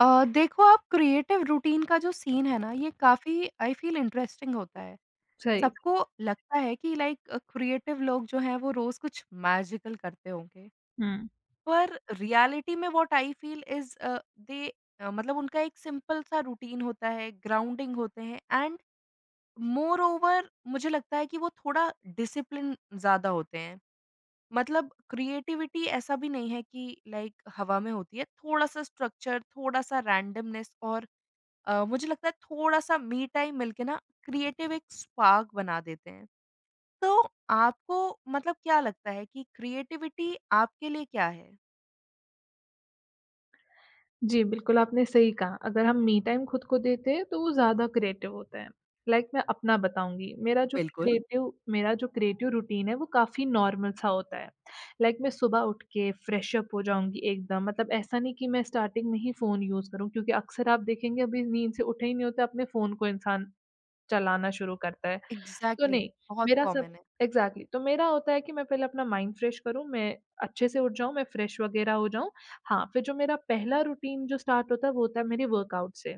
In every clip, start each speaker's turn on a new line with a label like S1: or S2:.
S1: देखो आप creative routine का जो सीन है ना ये काफ़ी आई फ़ील इंटरेस्टिंग होता है।
S2: सही।
S1: सबको लगता है कि लाइक क्रिएटिव लोग जो हैं वो रोज़ कुछ मैजिकल करते होंगे।
S2: हुँ।
S1: पर रियलिटी में व्हाट आई फ़ील इज़ मतलब उनका एक सिंपल सा रूटीन होता है, ग्राउंडिंग होते हैं एंड मोर ओवर मुझे लगता है कि वो थोड़ा डिसिप्लिन ज़्यादा होते हैं। मतलब क्रिएटिविटी ऐसा भी नहीं है कि लाइक हवा में होती है, थोड़ा-सा स्ट्रक्चर, थोड़ा-सा रैंडमनेस और मुझे लगता है थोड़ा-सा मी टाइम मिलके ना क्रिएटिव एक स्पार्क बना देते हैं। तो आपको मतलब क्या लगता है कि क्रिएटिविटी आपके लिए क्या है?
S2: जी, बिल्कुल आपने सही कहा। अगर हम मी टाइम खुद को देते हैं तो वो ज़्यादा क्रिएटिव होता है। लाइक मैं अपना बताऊँगी, मेरा जो
S1: बिल्कुल।
S2: क्रिएटिव मेरा जो क्रिएटिव रूटीन है वो काफ़ी नॉर्मल सा होता है। लाइक मैं सुबह उठ के फ्रेश अप हो जाऊँगी एकदम मतलब ऐसा नहीं कि मैं स्टार्टिंग में ही फ़ोन यूज़ करूँ क्योंकि अक्सर आप देखेंगे अभी नींद से उठे ही नहीं होते अपने फ़ोन को इंसान चलाना शुरू करता है। तो
S1: एग्ज़ैक्टली।
S2: एग्ज़ैक्टली। नहीं,
S1: बहुत
S2: मेरा सब
S1: कॉमन है।
S2: एग्ज़ैक्टली तो मेरा होता है कि मैं पहले अपना माइंड फ्रेश करूँ, मैं अच्छे से उठ जाऊँ, मैं फ्रेश वगैरह हो जाऊँ। हाँ, फिर जो मेरा पहला रूटीन जो स्टार्ट होता है वो होता है मेरी वर्कआउट से।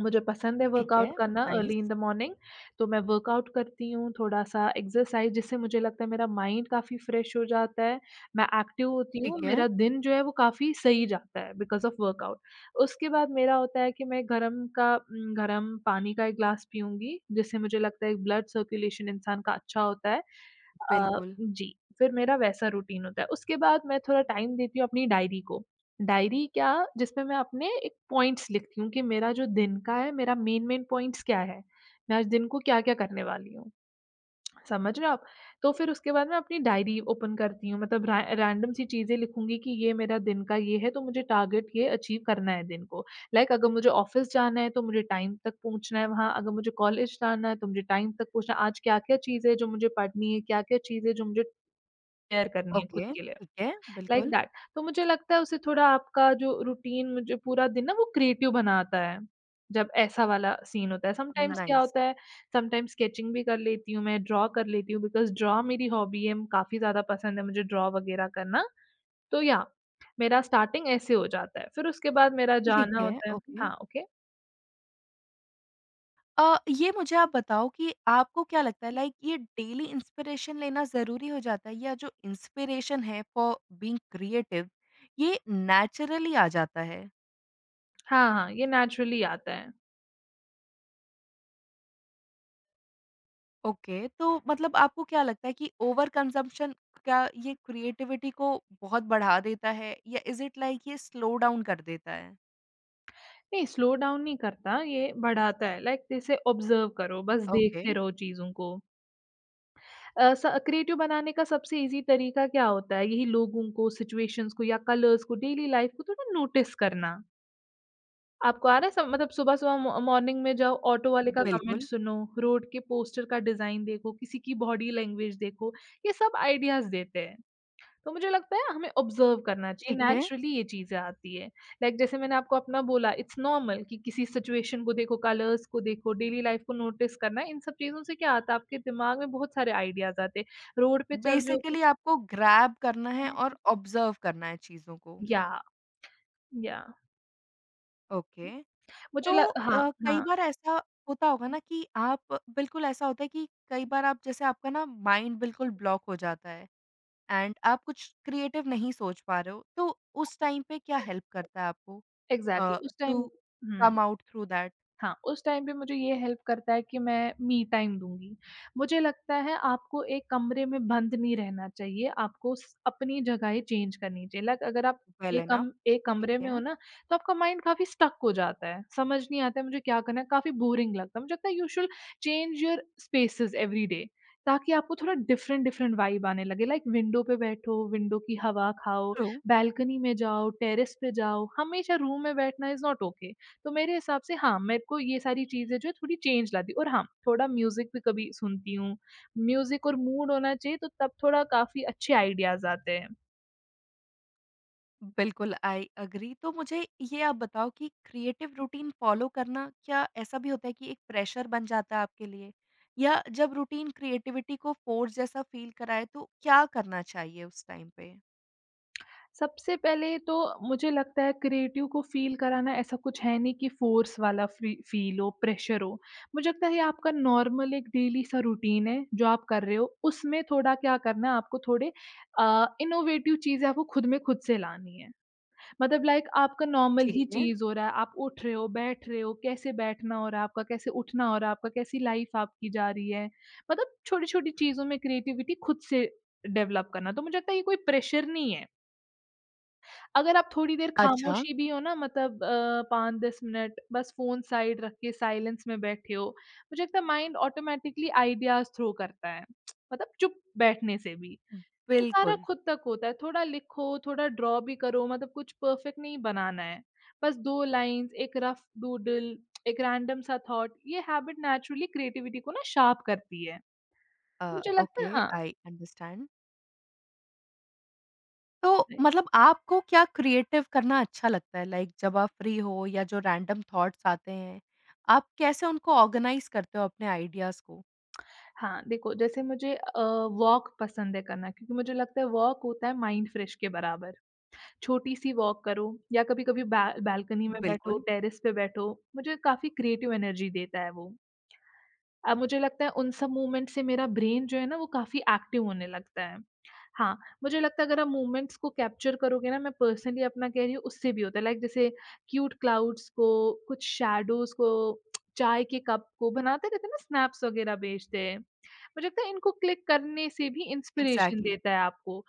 S2: मुझे पसंद है ठीक है।
S1: ठीक है,
S2: वर्कआउट करना
S1: nice.
S2: Early in the morning, तो मैं वर्कआउट करती हूँ, थोड़ा-सा एक्सरसाइज़ जिससे मुझे लगता है मेरा माइंड काफ़ी फ्रेश हो जाता है, मैं एक्टिव होती हूँ,
S1: ठीक
S2: जी।
S1: है,
S2: मेरा दिन जो है वो काफ़ी सही जाता है बिकॉज़ ऑफ वर्कआउट। उसके बाद मेरा होता है कि मैं गरम पानी का 1 ग्लास पीऊँगी, जिससे मुझे लगता है ब्लड सर्कुलेशन इंसान का अच्छा होता है।
S1: बिल्कुल।
S2: जी, फिर मेरा वैसा रूटीन होता है। उसके बाद मैं थोड़ा टाइम देती हूँ अपनी डायरी को। डायरी क्या जिसमें मैं अपने एक पॉइंट्स लिखती हूँ कि मेरा जो दिन का है, मेरा मेन-मेन पॉइंट्स क्या है? मैं आज दिन को क्या-क्या करने वाली हूँ, समझ रहे हो आप? तो फिर उसके बाद मैं अपनी डायरी ओपन करती हूँ मतलब रै रैंडम सी चीज़ें लिखूँगी कि ये मेरा दिन का ये है, तो मुझे टारगेट ये अचीव करना है दिन को। लाइक अगर मुझे ऑफ़िस जाना है, तो मुझे टाइम तक पहुँचना है वहाँ, अगर मुझे कॉलेज जाना है, तो मुझे टाइम तक पहुँचना है। आज क्या-क्या चीज़ें हैं जो मुझे पढ़नी है, क्या-क्या चीज़ें हैं जो मुझे तैयार करनी है खुद
S1: ओके,
S2: के लिए।
S1: ठीक है,
S2: लाइक
S1: बिल्कुल,
S2: दैट। तो मुझे लगता है उससे थोड़ा आपका जो रूटीन मुझे पूरा दिन ना वो क्रिएटिव बनाता है, जब ऐसा वाला सीन होता है। हाँ। समटाइम्स क्या
S1: नाइस।
S2: होता है, समटाइम्स स्केचिंग भी कर लेती हूँ मैं, ड्रॉ कर लेती हूँ बिकॉज़ ड्रॉ मेरी हॉबी है, काफ़ी ज़्यादा पसंद है मुझे ड्रॉ वगैरह करना। तो या मेरा स्टार्टिंग ऐसे हो जाता है, फिर उसके बाद मेरा
S1: ठीक
S2: जाना
S1: है,
S2: होता है
S1: ओके।
S2: हाँ, ओके।
S1: ये मुझे आप बताओ कि आपको क्या लगता है लाइक ये डेली इंस्पिरेशन लेना ज़रूरी हो जाता है या जो इंस्पिरेशन है फॉर बीइंग क्रिएटिव ये नेचुरली आ जाता है?
S2: हाँ, हाँ, ये नेचुरली आता है।
S1: ओके, तो मतलब आपको क्या लगता है कि ओवर कंज़म्पशन क्या ये क्रिएटिविटी को बहुत बढ़ा देता है या इज़ इट लाइक ये स्लो डाउन कर देता है?
S2: नहीं, स्लो डाउन नहीं करता, ये बढ़ाता है लाइक जैसे ऑब्ज़र्व करो, बस
S1: ओके,
S2: देखते रहो चीज़ों को। अ, स क्रिएटिव बनाने का सबसे ईज़ी तरीका क्या होता है? यही लोगों को, सिचुएशंस को या कलर्स को, डेली लाइफ को थोड़ा नोटिस करना। आपको आ रहा है सब मतलब सुबह-सुबह मॉ मॉर्निंग में जाओ, ऑटो वाले का बिल्कुल। कमेंट
S1: बिल्कुल,
S2: सुनो, रोड के पोस्टर का डिज़ाइन देखो, किसी की बॉडी लैंग्वेज देखो, ये सब आइडियाज़ देते हैं। तो मुझे लगता है हमें ऑब्ज़र्व करना चाहिए,
S1: ठीक
S2: हुँ।
S1: है।
S2: नेचुरली ये चीज़ें आती हैं। लाइक जैसे मैंने आपको अपना बोला इट्स नॉर्मल कि किसी सिचुएशन को देखो, कलर्स को देखो, डेली लाइफ़ को नोटिस करना, है। इन सब चीज़ों से क्या आता है आपके दिमाग में बहुत सारे आइडियाज़ आते हैं। रोड पे चल जी रहे हो
S1: बेसिकली
S2: कुछ
S1: आपको ग्रैब करना है और ऑब्ज़र्व करना है चीज़ों को।
S2: या, या
S1: ओके।
S2: मुझे
S1: तो
S2: ल हाँ,
S1: कई
S2: हाँ।
S1: बार ऐसा होता होगा ना कि आप बिल्कुल ऐसा होता है कि कई बार आप जैसे आपका ना माइंड बिल्कुल ब्लॉक हो जाता है एंड आप कुछ क्रिएटिव नहीं सोच पा रहे हो तो उस टाइम पे क्या हेल्प करता है आपको
S2: एग्ज़ैक्टली उस
S1: टू
S2: टाइम हुँ।
S1: कम आउट थ्रू दैट
S2: हाँ, उस टाइम पे मुझे ये हेल्प करता है कि मैं मी टाइम दूँगी। मुझे लगता है आपको एक कमरे में बंद नहीं रहना चाहिए, आपको स अपनी जगहें चेंज करनी चाहिए। लाइक अगर आप
S1: वेल एनफ
S2: एक
S1: ठीक
S2: कमरे में
S1: है
S2: हो ना, तो आपका माइंड काफ़ी स्टक हो जाता है, समझ नहीं आता है मुझे क्या करना है, काफ़ी बोरिंग लगता है। मुझे लगता है you should change your spaces every day ताकि आपको थोड़ा डिफरेंट डिफरेंट वाइब आने लगे। लाइक विंडो पे बैठो, विंडो की हवा खाओ,
S1: ट्रू।
S2: बालकनी में जाओ, टेरेस पे जाओ, हमेशा रूम में बैठना इज़ नॉट ओके। तो मेरे हिसाब से हाँ, मेरे को ये सारी चीज़ें जो है थोड़ी चेंज लाती और हाँ, थोड़ा म्यूज़िक भी कभी सुनती हूँ। म्यूज़िक और मूड होना चाहिए तो तब थोड़ा काफ़ी अच्छे आइडियाज़ आते हैं।
S1: बिल्कुल, आई एग्री। तो मुझे ये आप बताओ कि क्रिएटिव रूटीन फ़ॉलो करना क्या ऐसा भी होता है कि एक प्रेशर बन जाता है आपके लिए? या जब रूटीन क्रिएटिविटी को फ़ोर्स जैसा फ़ील कराए तो क्या करना चाहिए उस टाइम पे?
S2: सबसे पहले तो मुझे लगता है क्रिएटिव को फ़ील कराना ऐसा कुछ है नहीं कि फ़ोर्स वाला फ़ील हो, प्रेशर हो। मुझे लगता है ये आपका नॉर्मल एक डेली सा रूटीन है जो आप कर रहे हो, उसमें थोड़ा क्या करना है आपको थोड़े इनोवेटिव चीज़ें आपको खुद में खुद से लानी है। मतलब लाइक आपका नॉर्मल
S1: ठीक
S2: ही
S1: है।
S2: चीज़ हो रहा है, आप उठ रहे हो, बैठ रहे हो, कैसे बैठना हो रहा है आपका, कैसे उठना हो रहा है आपका, कैसी लाइफ आपकी जा रही है। मतलब छोटी-छोटी चीज़ों में क्रिएटिविटी खुद से डेवलप करना, तो मुझे लगता है ये कोई प्रेशर नहीं है। अगर आप थोड़ी देर
S1: अच्छा,
S2: खामोशी भी हो ना मतलब 5-10 मिनट बस फ़ोन साइड रख के साइलेंस में बैठे हो, मुझे लगता है माइंड ऑटोमैटिकली आइडियाज़ थ्रो करता है। मतलब चुप बैठने से भी। तो सारा
S1: बिल्कुल।
S2: खुद तक होता है, थोड़ा लिखो, थोड़ा ड्रॉ भी करो मतलब कुछ परफेक्ट नहीं बनाना है। बस 2 लाइन्स, एक रफ़ डूडल, एक रैंडम सा थॉट, ये हैबिट नेचुरली क्रिएटिविटी को ना शार्प करती है। मुझे लगता
S1: ओके,
S2: है हाँ,
S1: आई अंडरस्टैंड। तो मतलब आपको क्या क्रिएटिव करना अच्छा लगता है? लाइक जब आप फ्री हो या जो रैंडम थॉट्स आते हैं, आप कैसे उनको ऑर्गनाइज़ करते हो अपने आइडियाज़ को?
S2: हाँ, देखो जैसे वॉक पसंद है करना क्योंकि मुझे लगता है वॉक होता है माइंड फ्रेश के बराबर। छोटी-सी वॉक करो या कभी-कभी बै बालकनी में बैठो,
S1: बिल्कुल,
S2: टेरेस पे बैठो, मुझे काफ़ी क्रिएटिव एनर्जी देता है वो। अब मुझे लगता है उन सब मूवमेंट से मेरा ब्रेन जो है ना वो काफ़ी एक्टिव होने लगता है। हाँ, मुझे लगता है अगर आप मूवमेंट्स को कैप्चर करोगे ना मैं पर्सनली अपना कह रही हूँ उससे भी होता है लाइक जैसे क्यूट क्लाउड्स को, कुछ शैडोज़ को, चाय के कप को बनाते रहते हैं ना स्नैप्स वगैरह भेजते हैं। मुझे लगता है इनको क्लिक करने से भी इंस्पिरेशन
S1: एग्ज़ैक्टली,
S2: देता है आपको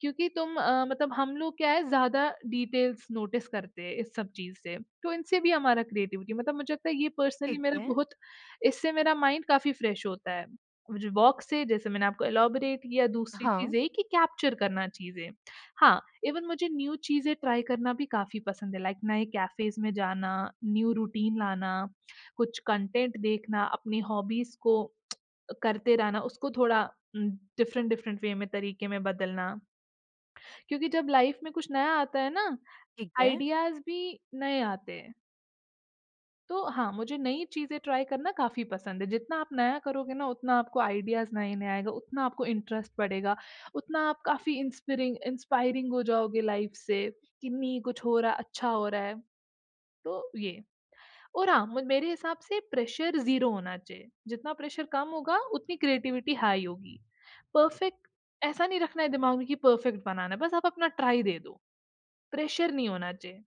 S2: क्योंकि मतलब हम लोग क्या है ज़्यादा डिटेल्स नोटिस करते हैं इस सब चीज़ से। तो इनसे भी हमारा क्रिएटिविटी मतलब मुझे लगता है ये पर्सनली
S1: ठीक
S2: मेरा
S1: है।
S2: बहुत इससे मेरा माइंड काफ़ी फ्रेश होता है। मुझे वॉक से जैसे मैंने आपको एलॉबरेट किया, दूसरी
S1: हाँ,
S2: चीज़ यही कि कैप्चर करना चीज़ें। हाँ, इवन मुझे न्यू चीज़ें ट्राई करना भी काफ़ी पसंद है, लाइक नए कैफ़ेज़ में जाना, न्यू रूटीन लाना, कुछ कंटेंट देखना, अपनी हॉबीज़ को करते रहना, उसको थोड़ा उम, डिफ़रेंट डिफ़रेंट वे में, तरीके में बदलना। क्योंकि जब लाइफ़ में कुछ नया आता है ना,
S1: ठीक है।
S2: आइडियाज़ भी नए आते हैं। तो हाँ, मुझे नई चीज़ें ट्राई करना काफ़ी पसंद है। जितना आप नया करोगे ना, उतना आपको आइडियाज़ नए-नए आएगा, उतना आपको इंटरेस्ट बढ़ेगा, उतना आप काफ़ी इंस्पिरिंग इंस्पायरिंग हो जाओगे लाइफ से कि नहीं कुछ हो रहा है, अच्छा हो रहा है। तो ये और हाँ, म मेरे हिसाब से प्रेशर ज़ीरो होना चाहिए। जितना प्रेशर कम होगा, उतनी क्रिएटिविटी हाई होगी। परफेक्ट ऐसा नहीं रखना है दिमाग में कि परफेक्ट बनाना है, बस आप अपना ट्राई दे दो। प्रेशर नहीं होना चाहिए।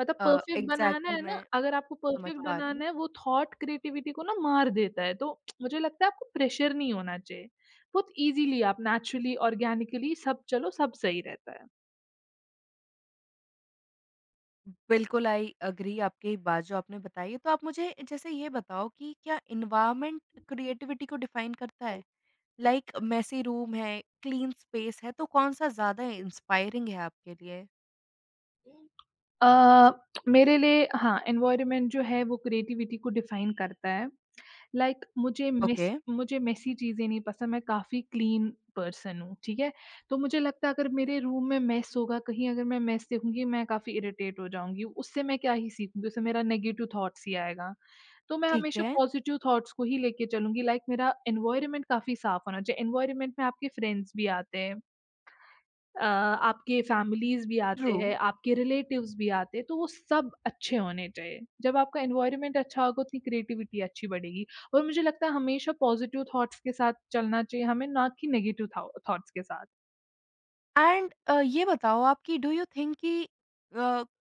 S2: मतलब परफेक्ट बनाना
S1: एग्ज़ैक्टली
S2: है ना,
S1: मैं
S2: अगर आपको
S1: समझ
S2: परफेक्ट
S1: पा रही
S2: बनाना
S1: हूँ।
S2: है वो थॉट क्रिएटिविटी को ना मार देता है, तो मुझे लगता है आपको प्रेशर नहीं होना चाहिए। बहुत ईज़िली आप नेचुरली, ऑर्गेनिकली सब चलो सब सही रहता है।
S1: बिल्कुल आई एग्री आपकी बात जो आपने बताई है। तो आप मुझे जैसे ये बताओ कि क्या एनवायरनमेंट क्रिएटिविटी को डिफ़ाइन करता है? लाइक मेसी रूम है, क्लीन स्पेस है, तो कौन-सा ज़्यादा इंस्पायरिंग है आपके लिए?
S2: अ, मेरे लिए हाँ, एनवायरनमेंट जो है वो क्रिएटिविटी को डिफाइन करता है। लाइक like, मुझे
S1: ओके,
S2: मेस मुझे मेसी चीज़ें नहीं पसंद, मैं काफ़ी क्लीन पर्सन हूँ, ठीक है? तो मुझे लगता है अगर मेरे रूम में मेस होगा, कहीं अगर मैं मेस देखूँगी, मैं काफ़ी इरिटेट हो जाऊँगी। उससे मैं क्या ही सीखूँगी? उससे मेरा नेगेटिव थॉट्स ही आएगा। तो मैं
S1: ठीक
S2: हमेशा ओके।
S1: है,
S2: पॉज़िटिव थॉट्स को ही लेके चलूँगी लाइक like, मेरा एनवायरनमेंट काफ़ी साफ़ होना चाहिए। एनवायरनमेंट में आपके फ्रेंड्स भी आते हैं। आपके फैमिलीज़ भी हुँ। आते
S1: ट्रू।
S2: हैं, आपके रिलेटिव्स भी आते हैं, तो वो सब अच्छे होने चाहिए। जब आपका एनवायरनमेंट अच्छा होगा उतनी क्रिएटिविटी अच्छी बढ़ेगी और मुझे लगता है हमेशा पॉज़िटिव थॉट्स के साथ चलना चाहिए हमें, ना कि नेगेटिव थॉ थॉट्स के साथ।
S1: एंड ये बताओ आपकी डू यू थिंक कि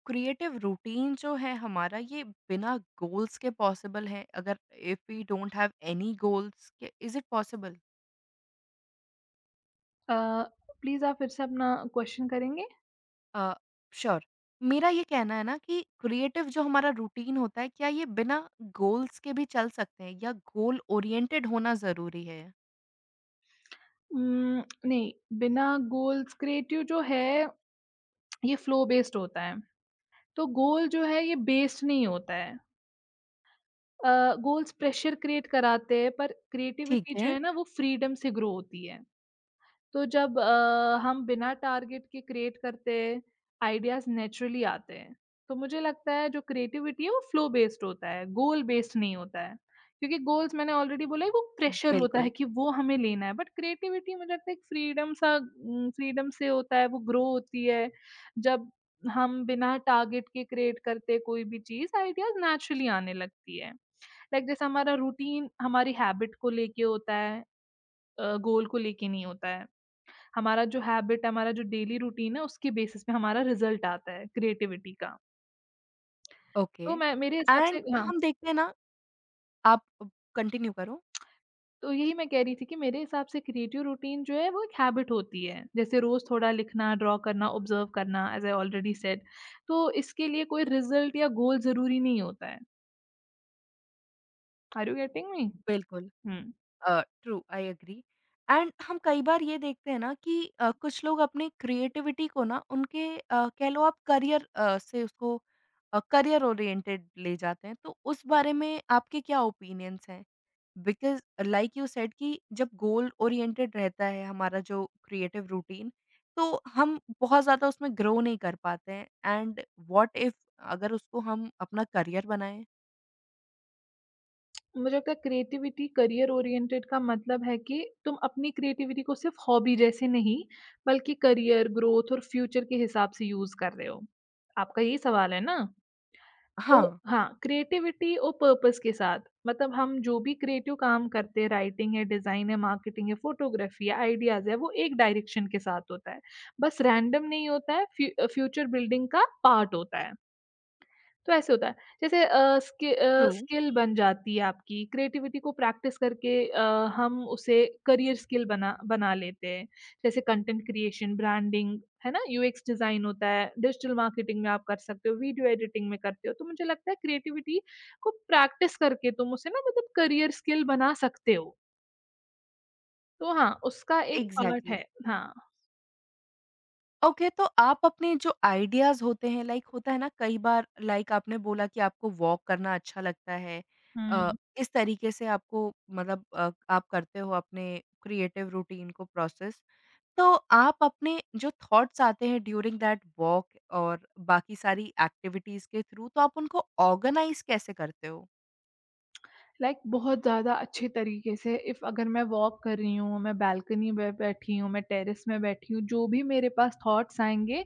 S1: क्रिएटिव रूटीन जो है हमारा ये बिना गोल्स के पॉसिबल है अगर if we don't have any goals के is it possible?
S2: Uh, please आप फिर से अपना क्वेश्चन करेंगे?
S1: श्योर। मेरा ये कहना है ना कि क्रिएटिव जो हमारा रूटीन होता है क्या ये बिना गोल्स के भी चल सकते हैं या गोल ओरिएंटेड होना जरूरी है?
S2: उम, नहीं, बिना गोल्स क्रिएटिव जो है ये फ्लो बेस्ड होता है, तो गोल जो है ये बेस्ड नहीं होता है। गोल्स प्रेशर क्रिएट कराते हैं पर
S1: ठीक
S2: क्रिएटिविटी जो
S1: है।
S2: है ना वो फ्रीडम से ग्रो होती है। तो जब हम बिना टारगेट के क्रिएट करते हैं, आइडियाज नेचुरली आते हैं। तो मुझे लगता है जो क्रिएटिविटी है वो फ्लो बेस्ड होता है, गोल बेस्ड नहीं होता है। क्योंकि गोल्स मैंने ऑलरेडी बोला है वो प्रेशर होता है
S1: बिल्कुल।
S2: कि वो हमें लेना है, बट क्रिएटिविटी मुझे लगता है एक फ्रीडम सा फ्रीडम से होता है, वो ग्रो होती है। जब हम बिना टारगेट के क्रिएट करते हैं कोई भी चीज़, आइडियाज नेचुरली आने लगती है। लाइक जैसे हमारा रूटीन हमारी हैबिट को लेके होता है, गोल को लेके नहीं होता है। हमारा जो हैबिट है, हमारा जो डेली रूटीन है, उसके बेसिस पे हमारा रिज़ल्ट आता है क्रिएटिविटी का।
S1: ओके।
S2: तो मैं मेरे हिसाब से
S1: एंड
S2: हाँ,
S1: हम देखते हैं ना आप कंटिन्यू करो।
S2: तो यही मैं कह रही थी कि मेरे हिसाब से क्रिएटिव रूटीन जो है वो एक हैबिट होती है। जैसे रोज़ थोड़ा लिखना, ड्रॉ करना, ऑब्ज़र्व करना एज़ आई ऑलरेडी सेड। तो इसके लिए कोई रिज़ल्ट या गोल ज़रूरी नहीं होता है। Are you getting me?
S1: बिल्कुल।
S2: हुँ।
S1: True I agree. एंड हम कई बार ये देखते हैं ना कि कुछ लोग अपनी क्रिएटिविटी को ना उनके कह लो आप करियर से उसको करियर ओरिएंटेड ले जाते हैं तो उस बारे में आपके क्या ओपिनियंस हैं बिकॉज लाइक यू सेड कि जब गोल ओरिएंटेड रहता है हमारा जो क्रिएटिव रूटीन तो हम बहुत ज़्यादा उसमें ग्रो नहीं कर पाते हैं एंड व्हाट इफ अगर उसको हम अपना करियर बनाएं।
S2: मुझे लगता है क्रिएटिविटी करियर ओरिएंटेड का मतलब है कि तुम अपनी क्रिएटिविटी को सिर्फ हॉबी जैसे नहीं, बल्कि करियर, ग्रोथ और फ्यूचर के हिसाब से यूज़ कर रहे हो। आपका यही सवाल है ना? तो
S1: हाँ।
S2: हाँ, क्रिएटिविटी और पर्पस के साथ मतलब हम जो भी क्रिएटिव काम करते हैं, राइटिंग है, डिज़ाइन है, मार्केटिंग है, फोटोग्राफी है, आइडियाज़ है, वो एक डायरेक्शन के साथ होता है। बस रैंडम नहीं होता है, फ्यूचर बिल्डिंग का पार्ट होता है। तो ऐसे होता है। जैसे
S1: ट्रू।
S2: स्किल बन जाती है आपकी, क्रिएटिविटी को प्रैक्टिस करके हम उसे करियर स्किल बना बना लेते हैं। जैसे कंटेंट क्रिएशन, ब्रांडिंग, है ना? यूएक्स डिज़ाइन होता है, डिजिटल मार्केटिंग में आप कर सकते हो, वीडियो एडिटिंग में करते हो। तो मुझे लगता है क्रिएटिविटी को प्रैक्टिस करके तुम उसे ना मतलब करियर स्किल बना सकते हो। तो हाँ, उसका एक पार्ट बिल्कुल।
S1: एग्जैक्टली।
S2: है। हाँ।
S1: ओके okay, तो आप अपने जो आइडियाज़ होते हैं लाइक होता है ना कई बार लाइक आपने बोला कि आपको वॉक करना अच्छा लगता है
S2: हुँ।
S1: अ, इस तरीके से आपको मतलब आप करते हो अपने क्रिएटिव रूटीन को प्रोसेस तो आप अपने जो थॉट्स आते हैं ड्यूरिंग दैट वॉक और बाकी सारी एक्टिविटीज़ के थ्रू तो आप उनको ऑर्गेनाइज कैसे करते हो?
S2: लाइक बहुत ज़्यादा अच्छे तरीके से इफ़ अगर मैं वॉक कर रही हूँ, मैं बालकनी में बैठी हूँ, मैं टेरेस में बैठी हूँ, जो भी मेरे पास थॉट्स आएँगे,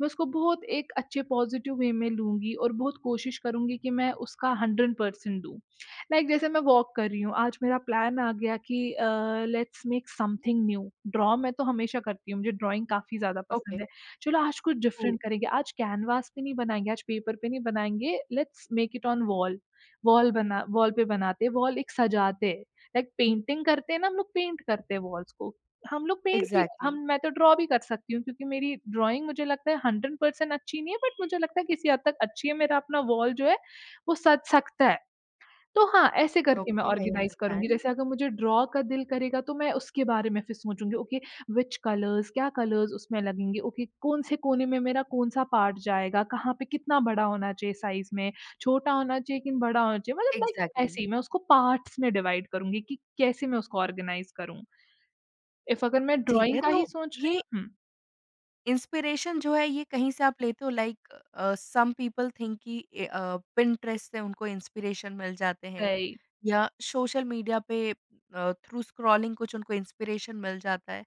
S2: मैं उसको बहुत एक अच्छे पॉज़िटिव वे में लूँगी और बहुत कोशिश करूँगी कि मैं उसका 100% दूँ। लाइक जैसे मैं वॉक कर रही हूँ, आज मेरा प्लान आ गया कि let's make something new. Draw मैं तो हमेशा करती हूँ, मुझे ड्राइंग काफ़ी ज़्यादा पसंद
S1: ओके।
S2: है। चलो आज कुछ
S1: कूल।
S2: डिफरेंट करेंगे, आज कैनवास पे नहीं बनाएँगे, आज पेपर पे नहीं बनाएँगे, let's make it on wall. Wall बना वॉल पे बनाते, वॉल एक सजाते। लाइक पेंटिंग करते हैं ना हम लोग पेंट करते हैं वॉल्स को। हम लोग पेंट भी
S1: एग्जैक्टली।
S2: हम मैं तो ड्रॉ भी कर सकती हूँ क्योंकि मेरी ड्राइंग मुझे लगता है 100% अच्छी नहीं है बट मुझे लगता है किसी हद तक अच्छी है। मेरा अपना वॉल जो है वो सज सकता है। तो हाँ, ऐसे करके मैं
S1: ओके आई
S2: ऑर्गनाइज़ करूँगी।
S1: अंडरस्टैंड।
S2: जैसे अगर मुझे ड्रॉ का दिल करेगा तो मैं उसके बारे में फिर सोचूँगी ओके व्हिच कलर्स, क्या कलर्स उसमें लगेंगे? ओके कौन से कोने में मेरा कौन-सा पार्ट जाएगा? कहाँ पे कितना बड़ा होना चाहिए साइज़ में? छोटा होना चाहिए कि बड़ा होना चाहिए? मतलब लाइक
S1: एग्जैक्टली।
S2: ऐसे ही मैं उसको पार्ट्स में डिवाइड करूँगी कि कैसे मैं उसको ऑर्गनाइज़ करूँ। इफ अगर मैं
S1: ठीक
S2: ड्राइंग
S1: है।
S2: का
S1: तो
S2: ही सोच रही
S1: ये
S2: हूँ
S1: इंस्पिरेशन
S2: हुँ।
S1: जो है ये कहीं से आप लेते हो लाइक सम पीपल थिंक कि Pinterest से उनको इंस्पिरेशन मिल जाते हैं
S2: सही,
S1: या सोशल मीडिया पे थ्रू स्क्रॉलिंग कुछ उनको इंस्पिरेशन मिल जाता है।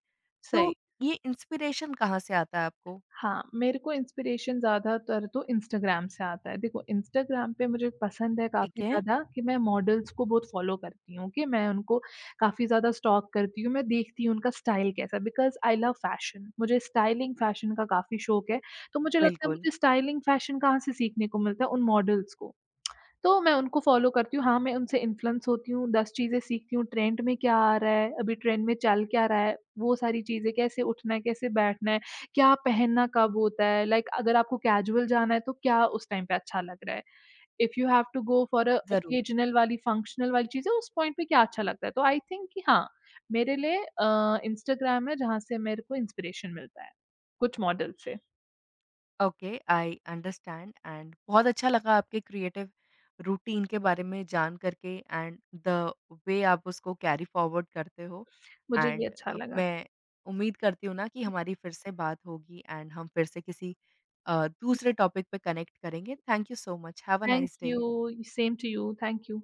S2: सही।
S1: तो ये इंस्पिरेशन कहाँ से आता है आपको?
S2: हाँ, मेरे को इंस्पिरेशन ज़्यादातर तो इंस्टाग्राम से आता है। देखो इंस्टाग्राम पे मुझे पसंद है
S1: ठीक
S2: काफ़ी
S1: है,
S2: ज़्यादा कि मैं मॉडल्स को बहुत फ़ॉलो करती हूँ कि मैं उनको काफ़ी ज़्यादा स्टॉक करती हूँ। मैं देखती हूँ उनका स्टाइल कैसा है बिकॉज़ आई लव फ़ैशन। मुझे स्टाइलिंग फ़ैशन का काफ़ी शौक है। तो मुझे लगता है
S1: बिल्कुल।
S2: मुझे स्टाइलिंग फ़ैशन कहाँ से सीखने को मिलता है? उन मॉडल्स को। तो मैं उनको फ़ॉलो करती हूँ। हाँ, मैं उनसे इन्फ्लुएंस होती हूँ, 10 चीज़ें सीखती हूँ, ट्रेंड में क्या आ रहा है, अभी ट्रेंड में चल क्या रहा है, वो सारी चीज़ें, कैसे उठना है, कैसे बैठना है, क्या पहनना कब होता है, लाइक अगर आपको कैजुअल जाना है, तो क्या उस टाइम पे अच्छा लग रहा है। If you have to go for a
S1: जरूर।
S2: ओकेजनल वाली, फंक्शनल वाली चीज़ें, उस पॉइंट पे क्या अच्छा लगता है। तो आई थिंक कि हाँ, मेरे लिए इंस्टाग्राम है, जहाँ से मेरे को इंस्पिरेशन मिलता है, कुछ मॉडल से।
S1: ओके, आई अंडरस्टैंड एंड बहुत अच्छा लगा आपके क्रिएटिव रूटीन के बारे में जान करके एंड द वे आप उसको कैरी फॉरवर्ड करते हो
S2: मुझे भी
S1: एंड
S2: अच्छा लगा।
S1: मैं उम्मीद करती हूँ ना कि हमारी फिर से बात होगी एंड हम फिर से किसी दूसरे टॉपिक पे कनेक्ट करेंगे। Thank you so much. Have a
S2: thank
S1: nice day.
S2: You, same to you, thank you.